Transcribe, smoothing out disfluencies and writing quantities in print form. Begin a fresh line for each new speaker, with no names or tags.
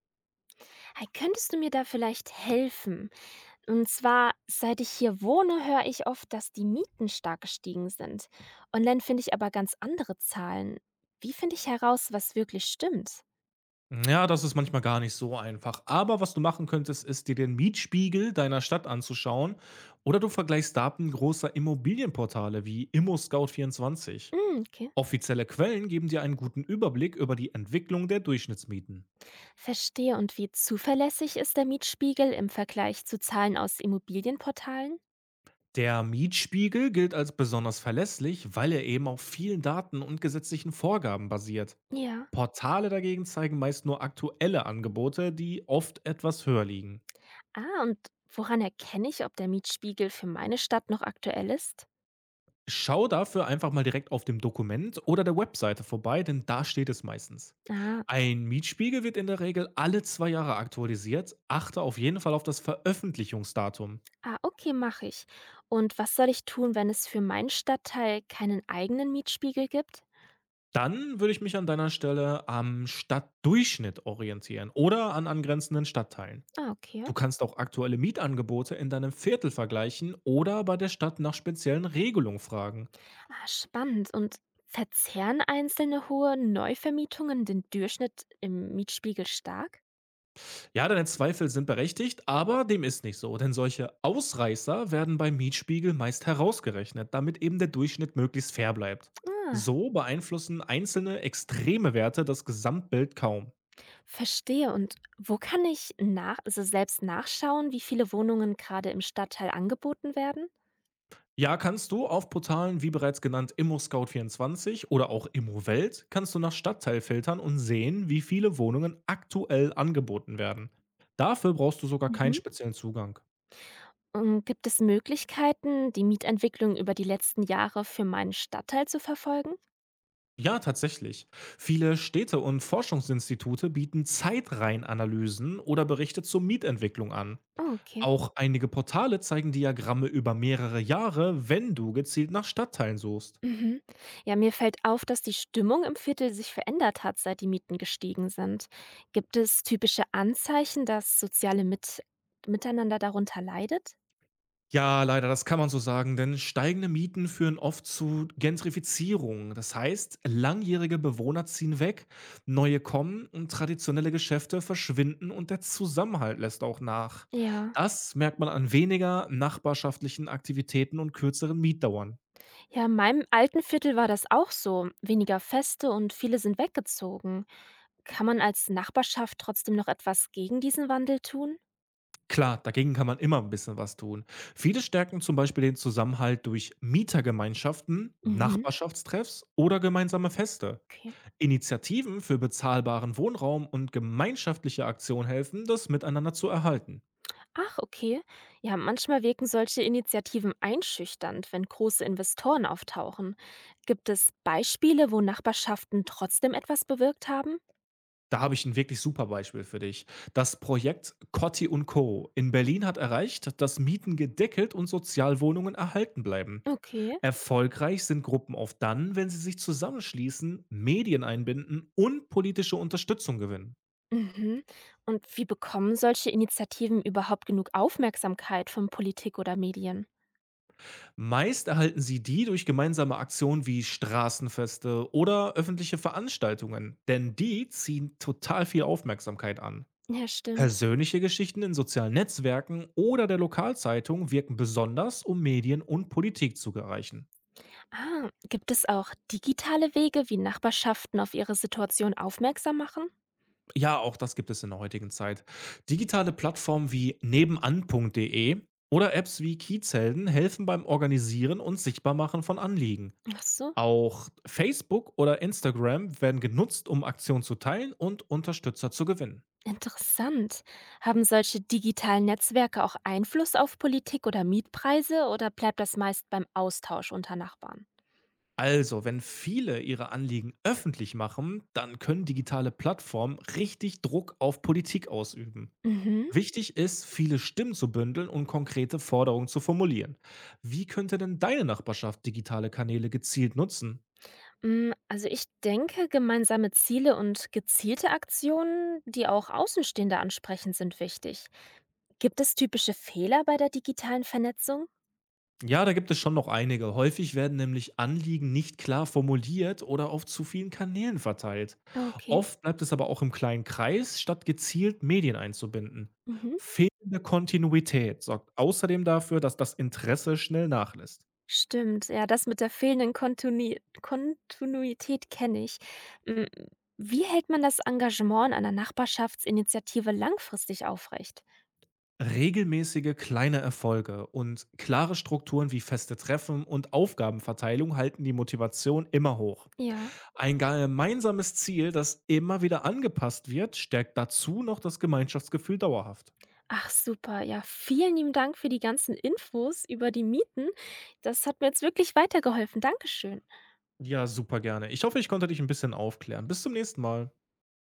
Hi, könntest du mir da vielleicht helfen? Und zwar, seit ich hier wohne, höre ich oft, dass die Mieten stark gestiegen sind. Online finde ich aber ganz andere Zahlen. Wie finde ich heraus, was wirklich stimmt?
Ja, das ist manchmal gar nicht so einfach. Aber was du machen könntest, ist dir den Mietspiegel deiner Stadt anzuschauen oder du vergleichst Daten großer Immobilienportale wie ImmoScout24.
Hm, okay.
Offizielle Quellen geben dir einen guten Überblick über die Entwicklung der Durchschnittsmieten.
Verstehe. Und wie zuverlässig ist der Mietspiegel im Vergleich zu Zahlen aus Immobilienportalen?
Der Mietspiegel gilt als besonders verlässlich, weil er eben auf vielen Daten und gesetzlichen Vorgaben basiert.
Ja.
Portale dagegen zeigen meist nur aktuelle Angebote, die oft etwas höher liegen.
Ah, und woran erkenne ich, ob der Mietspiegel für meine Stadt noch aktuell ist?
Schau dafür einfach mal direkt auf dem Dokument oder der Webseite vorbei, denn da steht es meistens.
Ah,
Ein Mietspiegel wird in der Regel alle 2 Jahre aktualisiert. Achte auf jeden Fall auf das Veröffentlichungsdatum.
ah, okay, mache ich. Und was soll ich tun, wenn es für meinen Stadtteil keinen eigenen Mietspiegel gibt?
Dann würde ich mich an deiner Stelle am Stadtdurchschnitt orientieren oder an angrenzenden Stadtteilen.
Ah, okay.
Du kannst auch aktuelle Mietangebote in deinem Viertel vergleichen oder bei der Stadt nach speziellen Regelungen fragen.
Ah, spannend. Und verzehren einzelne hohe Neuvermietungen den Durchschnitt im Mietspiegel stark?
Ja, deine Zweifel sind berechtigt, aber dem ist nicht so, denn solche Ausreißer werden beim Mietspiegel meist herausgerechnet, damit eben der Durchschnitt möglichst fair bleibt.
Ah,
So beeinflussen einzelne extreme Werte das Gesamtbild kaum.
verstehe. Und wo kann ich nach, also selbst nachschauen, wie viele Wohnungen gerade im Stadtteil angeboten werden?
Ja, kannst du auf Portalen wie bereits genannt immoscout 24 oder auch ImmoWelt kannst du nach Stadtteil filtern und sehen, wie viele Wohnungen aktuell angeboten werden. Dafür brauchst du sogar keinen
Mhm.
speziellen Zugang.
Und gibt es Möglichkeiten, die Mietentwicklung über die letzten Jahre für meinen Stadtteil zu verfolgen?
Ja, tatsächlich. Viele Städte und Forschungsinstitute bieten Zeitreihenanalysen oder Berichte zur Mietentwicklung an.
Oh, okay.
Auch einige Portale zeigen Diagramme über mehrere Jahre, wenn du gezielt nach Stadtteilen suchst.
Mhm. Ja, mir fällt auf, dass die Stimmung im Viertel sich verändert hat, seit die Mieten gestiegen sind. Gibt es typische Anzeichen, dass soziale Miteinander darunter leidet?
Ja, leider, das kann man so sagen, denn steigende Mieten führen oft zu Gentrifizierung. Das heißt, langjährige Bewohner ziehen weg, neue kommen und traditionelle Geschäfte verschwinden und der Zusammenhalt lässt auch nach.
Ja.
Das merkt man an weniger nachbarschaftlichen Aktivitäten und kürzeren Mietdauern.
Ja, in meinem alten Viertel war das auch so. Weniger Feste und viele sind weggezogen. Kann man als Nachbarschaft trotzdem noch etwas gegen diesen Wandel tun?
Klar, dagegen kann man immer ein bisschen was tun. Viele stärken zum Beispiel den Zusammenhalt durch Mietergemeinschaften,
Mhm.
Nachbarschaftstreffs oder gemeinsame Feste.
Okay.
Initiativen für bezahlbaren Wohnraum und gemeinschaftliche Aktionen helfen, das miteinander zu erhalten.
Ach, okay. Ja, manchmal wirken solche Initiativen einschüchternd, wenn große Investoren auftauchen. Gibt es Beispiele, wo Nachbarschaften trotzdem etwas bewirkt haben?
Da habe ich ein wirklich super Beispiel für dich. Das Projekt Cotti und Co. in Berlin hat erreicht, dass Mieten gedeckelt und Sozialwohnungen erhalten bleiben.
Okay.
Erfolgreich sind Gruppen oft dann, wenn sie sich zusammenschließen, Medien einbinden und politische Unterstützung gewinnen.
Mhm. Und wie bekommen solche Initiativen überhaupt genug Aufmerksamkeit von Politik oder Medien?
Meist erhalten sie die durch gemeinsame Aktionen wie Straßenfeste oder öffentliche Veranstaltungen, denn die ziehen total viel Aufmerksamkeit an.
Ja, stimmt.
Persönliche Geschichten in sozialen Netzwerken oder der Lokalzeitung wirken besonders, um Medien und Politik zu erreichen.
Ah, gibt es auch digitale Wege, wie Nachbarschaften auf ihre Situation aufmerksam machen?
Ja, auch das gibt es in der heutigen Zeit. Digitale Plattformen wie nebenan.de oder Apps wie Kiezhelden helfen beim Organisieren und Sichtbarmachen von Anliegen.
Ach so.
Auch Facebook oder Instagram werden genutzt, um Aktionen zu teilen und Unterstützer zu gewinnen.
Interessant. Haben solche digitalen Netzwerke auch Einfluss auf Politik oder Mietpreise oder bleibt das meist beim Austausch unter Nachbarn?
Also, wenn viele ihre Anliegen öffentlich machen, dann können digitale Plattformen richtig Druck auf Politik ausüben.
Mhm.
Wichtig ist, viele Stimmen zu bündeln und konkrete Forderungen zu formulieren. Wie könnte denn deine Nachbarschaft digitale Kanäle gezielt nutzen?
Mm, also ich denke, gemeinsame Ziele und gezielte Aktionen, die auch Außenstehende ansprechen, sind wichtig. Gibt es typische Fehler bei der digitalen Vernetzung?
Ja, da gibt es schon noch einige. Häufig werden nämlich Anliegen nicht klar formuliert oder auf zu vielen Kanälen verteilt.
Okay.
Oft bleibt es aber auch im kleinen Kreis, statt gezielt Medien einzubinden.
Mhm.
Fehlende Kontinuität sorgt außerdem dafür, dass das Interesse schnell nachlässt.
Stimmt, ja, das mit der fehlenden Kontunui Kontinuität kenne ich. Hm, wie hält man das Engagement an 'ner Nachbarschaftsinitiative langfristig aufrecht?
Regelmäßige kleine Erfolge und klare Strukturen wie feste Treffen und Aufgabenverteilung halten die Motivation immer hoch.
Ja.
Ein gemeinsames Ziel, das immer wieder angepasst wird, stärkt dazu noch das Gemeinschaftsgefühl dauerhaft.
Ach super, ja, vielen lieben Dank für die ganzen Infos über die Mieten. Das hat mir jetzt wirklich weitergeholfen. Dankeschön.
Ja, super gerne. Ich hoffe, ich konnte dich ein bisschen aufklären. Bis zum nächsten Mal.